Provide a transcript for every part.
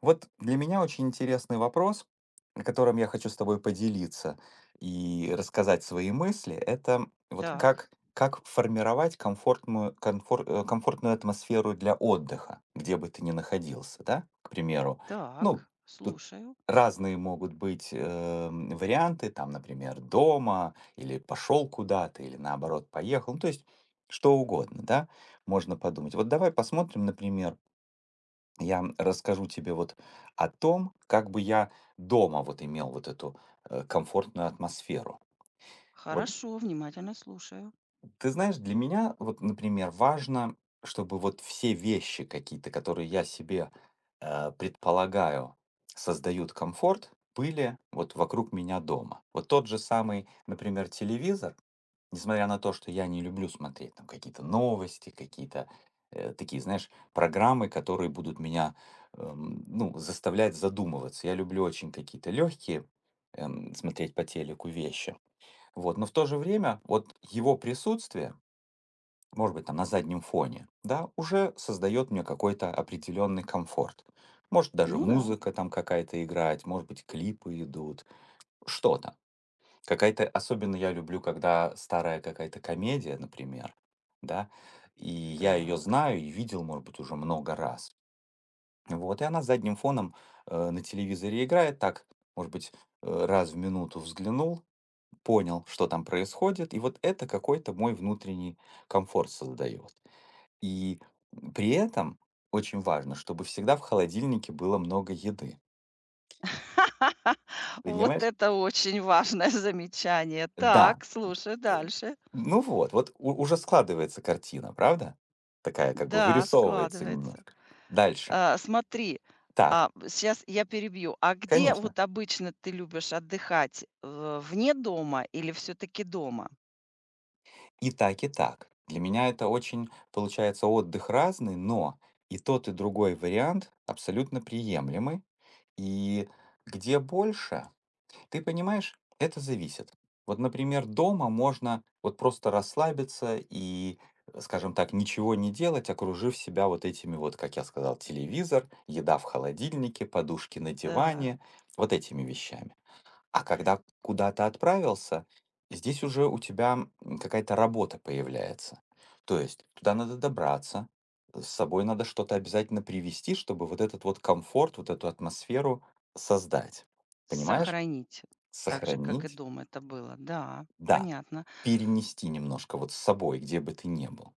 Вот для меня очень интересный вопрос, которым я хочу с тобой поделиться и рассказать свои мысли, это вот Мгм. Так, как формировать комфортную, комфортную атмосферу для отдыха, где бы ты ни находился, да, к примеру. Ну, так, тут слушаю. разные могут быть варианты, там, например, дома, или пошел куда-то, или наоборот поехал, ну, то есть что угодно, да, можно подумать. Вот давай посмотрим, например, я расскажу тебе вот о том, как бы я дома вот имел вот эту комфортную атмосферу. Вот Хорошо, внимательно слушаю. ты знаешь, для меня вот, например, важно, чтобы вот все вещи какие-то, которые я себе предполагаю, создают комфорт, были вот вокруг меня дома. Вот тот же самый, например, телевизор, несмотря на то, что я не люблю смотреть там какие-то новости, какие-то, такие, знаешь, программы, которые будут меня, ну, заставлять задумываться. Я люблю очень какие-то легкие, смотреть по телеку вещи. Вот, но в то же время вот его присутствие, может быть, там на заднем фоне, да, уже создает мне какой-то определенный комфорт. Может, даже Ну да, музыка там какая-то играет, может быть, клипы идут, что-то. Какая-то особенно я люблю, когда старая какая-то комедия, например, да, и я ее так. знаю и видел, может быть, уже много раз. Вот, и она задним фоном на телевизоре играет, так, может быть, раз в минуту взглянул, понял, что там происходит, и вот это какой-то мой внутренний комфорт создает. И при этом очень важно, чтобы всегда в холодильнике было много еды. Вот Понимаешь? это очень важное замечание. Да, Так, слушай Э, дальше. ну вот, вот у уже складывается картина, правда? Такая как бы Да, вырисовывается складывается. немножко. Дальше. Смотри, Так, сейчас я перебью. А где конечно. вот обычно ты любишь отдыхать? Вне дома или все-таки дома? И так, и так. Для меня это очень, получается, отдых разный, но и тот, и другой вариант абсолютно приемлемы. И где больше? Ты понимаешь, это зависит. Вот, например, дома можно вот просто расслабиться и, скажем так, ничего не делать, окружив себя вот этими вот, как я сказал, телевизор, еда в холодильнике, подушки на Так, диване, вот этими вещами. А когда куда-то отправился, здесь уже у тебя какая-то работа появляется. То есть туда надо добраться, с собой надо что-то обязательно привезти, чтобы вот этот вот комфорт, вот эту атмосферу создать. Понимаешь? сохранить, так же, как и Сохранить, дома это было. Да, да, понятно. перенести немножко вот с собой, где бы ты ни был.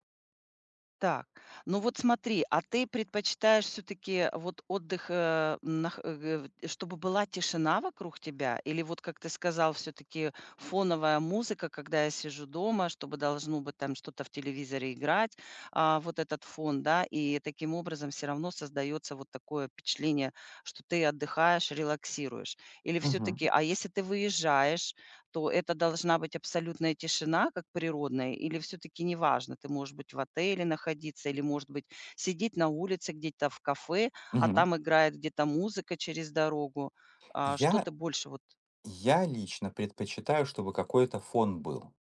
Так, ну вот смотри, а ты предпочитаешь все-таки вот отдых, чтобы была тишина вокруг тебя, или вот как ты сказал, все-таки фоновая музыка, когда я сижу дома, чтобы должно быть там что-то в телевизоре играть, вот этот фон, да, и таким образом все равно создается вот такое впечатление, что ты отдыхаешь, релаксируешь. Или Мгм, все-таки, а если ты выезжаешь, то это должна быть абсолютная тишина, как природная, или все таки неважно? Ты можешь быть в отеле находиться или, может быть, сидеть на улице где-то в кафе, а мгм. там играет где-то музыка через дорогу. Что Я ты больше вот я лично предпочитаю, чтобы какой-то фон был.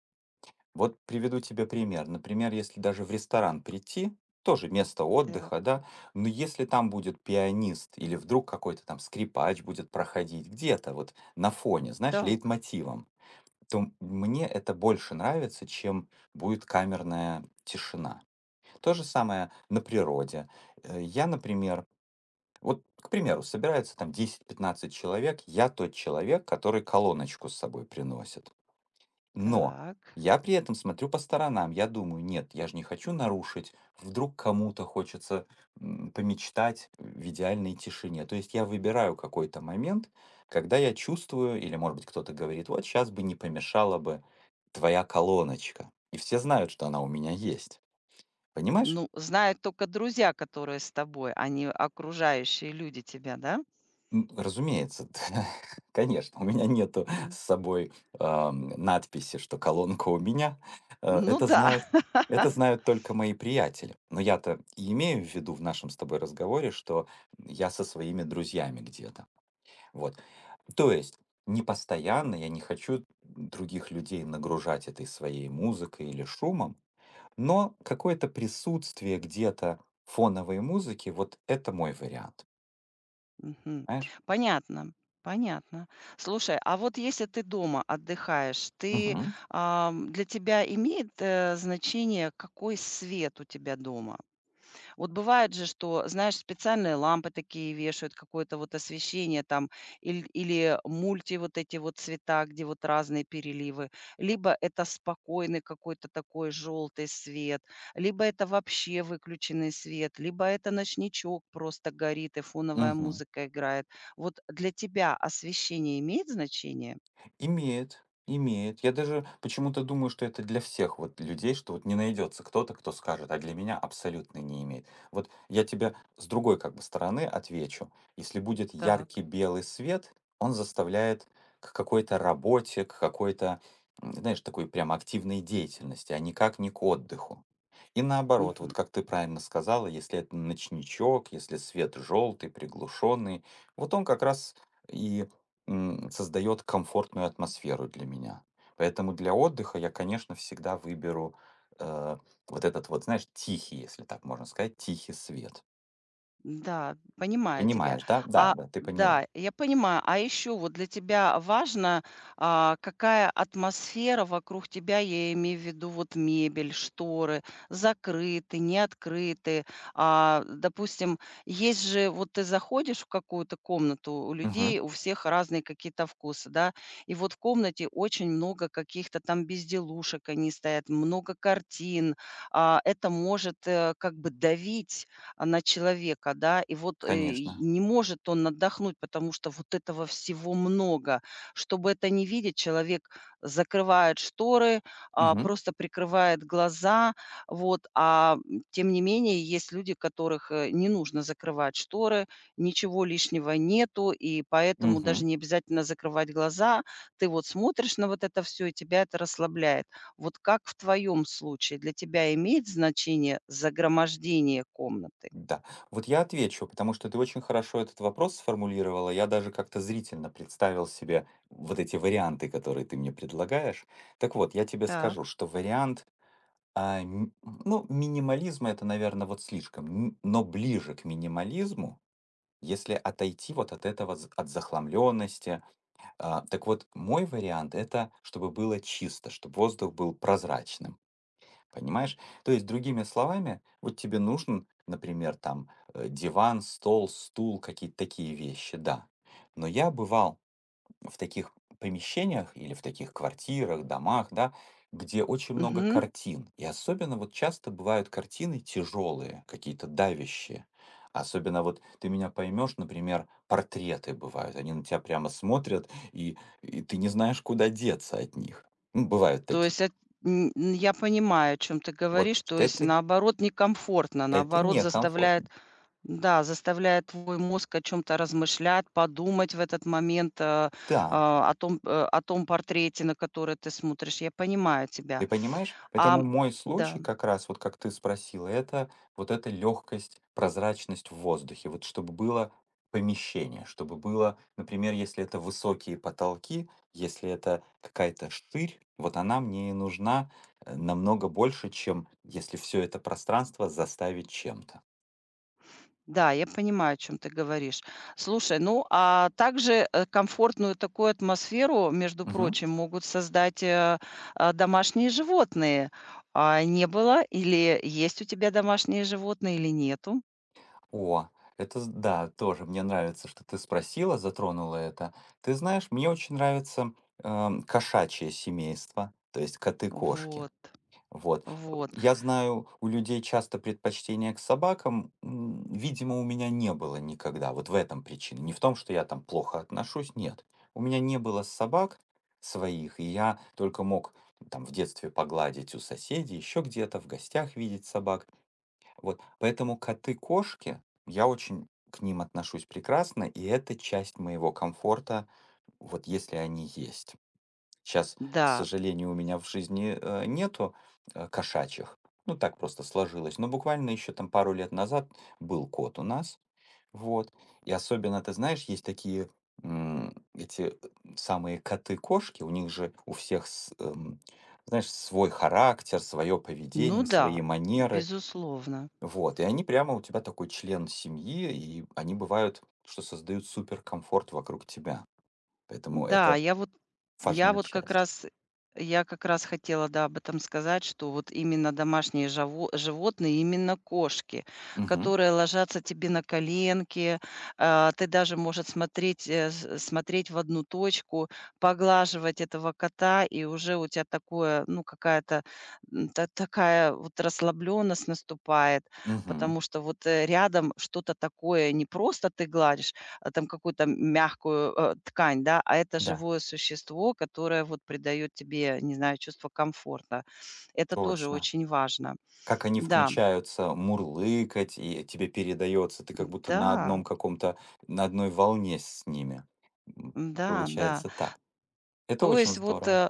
Вот приведу тебе пример. Например, если даже в ресторан прийти, тоже место так, отдыха, да, но если там будет пианист или вдруг какой-то там скрипач будет проходить где-то вот на фоне, знаешь, так, лейтмотивом, то мне это больше нравится, чем будет камерная тишина. То же самое на природе. Я, например, вот, к примеру, собирается там десять-пятнадцать человек, я тот человек, который колоночку с собой приносит. Но так. я при этом смотрю по сторонам, я думаю, нет, я же не хочу нарушить, вдруг кому-то хочется помечтать в идеальной тишине. То есть я выбираю какой-то момент, когда я чувствую, или, может быть, кто-то говорит, вот сейчас бы не помешала бы твоя колоночка. И все знают, что она у меня есть. Понимаешь, Ну, знают только друзья, которые с тобой, а не окружающие люди тебя, да? М, разумеется, конечно, у меня нету с М, собой, надписи, что колонка у меня. Ну Это да. знают только мои приятели. Но я-то и имею в виду в нашем с тобой разговоре, что я со своими друзьями где-то. Вот. То есть не постоянно, я не хочу других людей нагружать этой своей музыкой или шумом, но какое-то присутствие где-то фоновой музыки — вот это мой вариант, Мгм. понимаешь? Понятно, понятно. Слушай, а вот если ты дома отдыхаешь, Мгм. Для тебя имеет, значение, какой свет у тебя дома? Вот бывает же, что, знаешь, специальные лампы такие вешают, какое-то вот освещение там, или мульти вот эти вот цвета, где вот разные переливы. Либо это спокойный какой-то такой желтый свет, либо это вообще выключенный свет, либо это ночничок просто горит и фоновая Мгм. музыка играет. Вот для тебя освещение имеет значение? Имеет, имеет. Я даже почему-то думаю, что это для всех вот людей, что вот не найдется кто-то, кто скажет, а для меня абсолютно не имеет. Вот я тебе с другой как бы стороны отвечу. Если будет Так. яркий белый свет, он заставляет к какой-то работе, к какой-то, знаешь, такой прям активной деятельности, а никак не к отдыху. И наоборот, вот как ты правильно сказала, если это ночничок, если свет желтый, приглушенный, вот он как раз и создает комфортную атмосферу для меня. Поэтому для отдыха я, конечно, всегда выберу э, вот этот вот, знаешь, тихий, если так можно сказать, тихий свет. Да, понимаю тебя. Понимаешь, да? Да, А, да, ты поняла. да, я понимаю. А еще вот для тебя важно, какая атмосфера вокруг тебя, я имею в виду вот мебель, шторы, закрыты, не открыты. Допустим, есть же, вот ты заходишь в какую-то комнату, у Мгм. людей, у всех разные какие-то вкусы, да, и вот в комнате очень много каких-то там безделушек, они стоят, много картин. А, это может как бы давить на человека, да. И вот, и Конечно. не может он отдохнуть, потому что вот этого всего много. Чтобы это не видеть, человек закрывает шторы, Мгм. просто прикрывает глаза. Вот, тем не менее, есть люди, которых, не нужно закрывать шторы, ничего лишнего нету, и поэтому даже Мгм. не обязательно закрывать глаза. Ты вот смотришь на вот это все и тебя это расслабляет. Вот как в твоем случае? Для тебя имеет значение загромождение комнаты? Да. Вот я отвечу, потому что ты очень хорошо этот вопрос сформулировала. Я даже как-то зрительно представил себе вот эти варианты, которые ты мне предлагаешь. Так вот, я тебе скажу, Так. что вариант ну, минимализм — это, наверное, вот слишком, н но ближе к минимализму, если отойти вот от этого з от захламленности, так вот, мой вариант — это чтобы было чисто, чтобы воздух был прозрачным, понимаешь? То есть, другими словами, вот тебе нужен, например, там, диван, стол, стул, какие-то такие вещи, да. Но я бывал в таких помещениях или в таких квартирах, домах, да, где очень много Мгм. картин. И особенно вот часто бывают картины тяжелые, какие-то давящие. Особенно вот ты меня поймешь, например, портреты бывают. Они на тебя прямо смотрят, и ты не знаешь, куда деться от них. Ну, бывают То такие. есть эт н н я понимаю, о чем ты Вот говоришь. То есть, наоборот, некомфортно, это наоборот, некомфортно. заставляет, да, заставляет твой мозг о чем то размышлять, подумать в этот момент, Да, о том, о том портрете, на который ты смотришь. Я понимаю тебя. ты понимаешь? А Поэтому мой да. случай как раз, вот как ты спросила, это вот эта легкость, прозрачность в воздухе. Вот чтобы было помещение, чтобы было, например, если это высокие потолки, если это какая-то штырь, вот она мне и нужна намного больше, чем если все это пространство заставить чем-то. Да, я понимаю, о чем ты говоришь. Слушай, ну, а также, комфортную такую атмосферу, между Мгм. прочим, могут создать, домашние животные. А не было или есть у тебя домашние животные, или нету? О, да, тоже мне нравится, что ты спросила, затронула это. Ты знаешь, мне очень нравится кошачье семейство, то есть коты-кошки. Вот, Вот. вот. Я знаю, у людей часто предпочтение к собакам, м, видимо, у меня не было никогда. Вот в этом причина. Не в том, что я там плохо отношусь, нет. У меня не было собак своих, и я только мог там в детстве погладить у соседей, еще где-то в гостях видеть собак. Вот, поэтому коты-кошки, я очень к ним отношусь прекрасно, и это часть моего комфорта, вот если они есть. Сейчас, к Да, сожалению, у меня в жизни нету кошачьих, ну так просто сложилось, но буквально еще там пару лет назад был кот у нас, вот, и особенно, ты знаешь, есть такие м, эти э, самые коты-кошки, у них же у всех, знаешь, свой характер, свое ну поведение, свои да, манеры, безусловно. вот, и они прямо у тебя такой член семьи, и они бывают, что создают суперкомфорт вокруг тебя. Поэтому Да, это я вот я важная вот как часть. раз я как раз хотела, да, об этом сказать, что вот именно домашние жаво животные, именно кошки, Мгм. которые ложатся тебе на коленки, ты даже, может, смотреть, э, с смотреть в одну точку, поглаживать этого кота, и уже у тебя такое, ну, какая-то, м, та такая вот расслабленность наступает, Мгм. потому что вот, рядом что-то такое, не просто ты гладишь, там какую-то мягкую, ткань, да, а это Да, живое существо, которое вот придает тебе, не знаю, чувство комфорта. Это тоже точно. очень важно. Как они Да, включаются мурлыкать, и тебе передается, ты как будто на да одном каком-то, на одной волне с ними. М, да да. получается так. Это То очень есть вот, здорово. э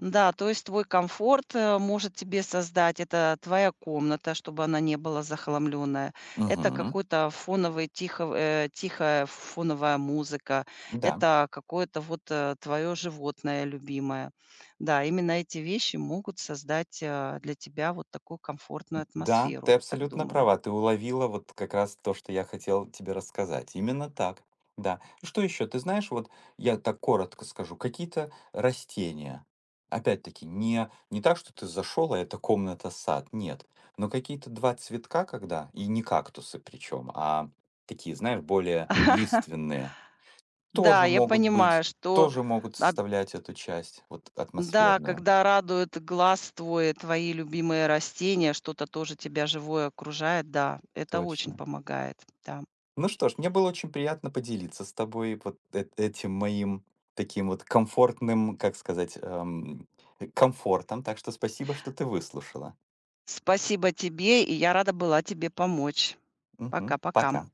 Да, то есть твой комфорт, может тебе создать это твоя комната, чтобы она не была захламленная. Это Угу, какой-то тихая фоновая музыка. да. Это какое-то вот твое животное любимое. Да, именно эти вещи могут создать для тебя вот такую комфортную Да, атмосферу, ты я так абсолютно думаю. права. Ты уловила вот как раз то, что я хотел тебе рассказать. Именно так. Да. Что еще? Ты знаешь, вот я так коротко скажу, какие-то растения. Опять-таки, не так, что ты зашел, а это комната, сад. Нет. Но какие-то два цветка, когда, и не кактусы причем, а такие, знаешь, более лиственные, Да, тоже я могут быть, понимаю, что тоже могут а, составлять эту часть, вот Да, атмосферную. когда радует глаз твой, твои любимые растения, что-то тоже тебя живое окружает, да, это очень Точно. помогает, да. Ну что ж, мне было очень приятно поделиться с тобой этим моим таким вот комфортным, как сказать, комфортом. Так что спасибо, что ты выслушала. Спасибо тебе, и я рада была тебе помочь. Мгм. Пока-пока. Пока.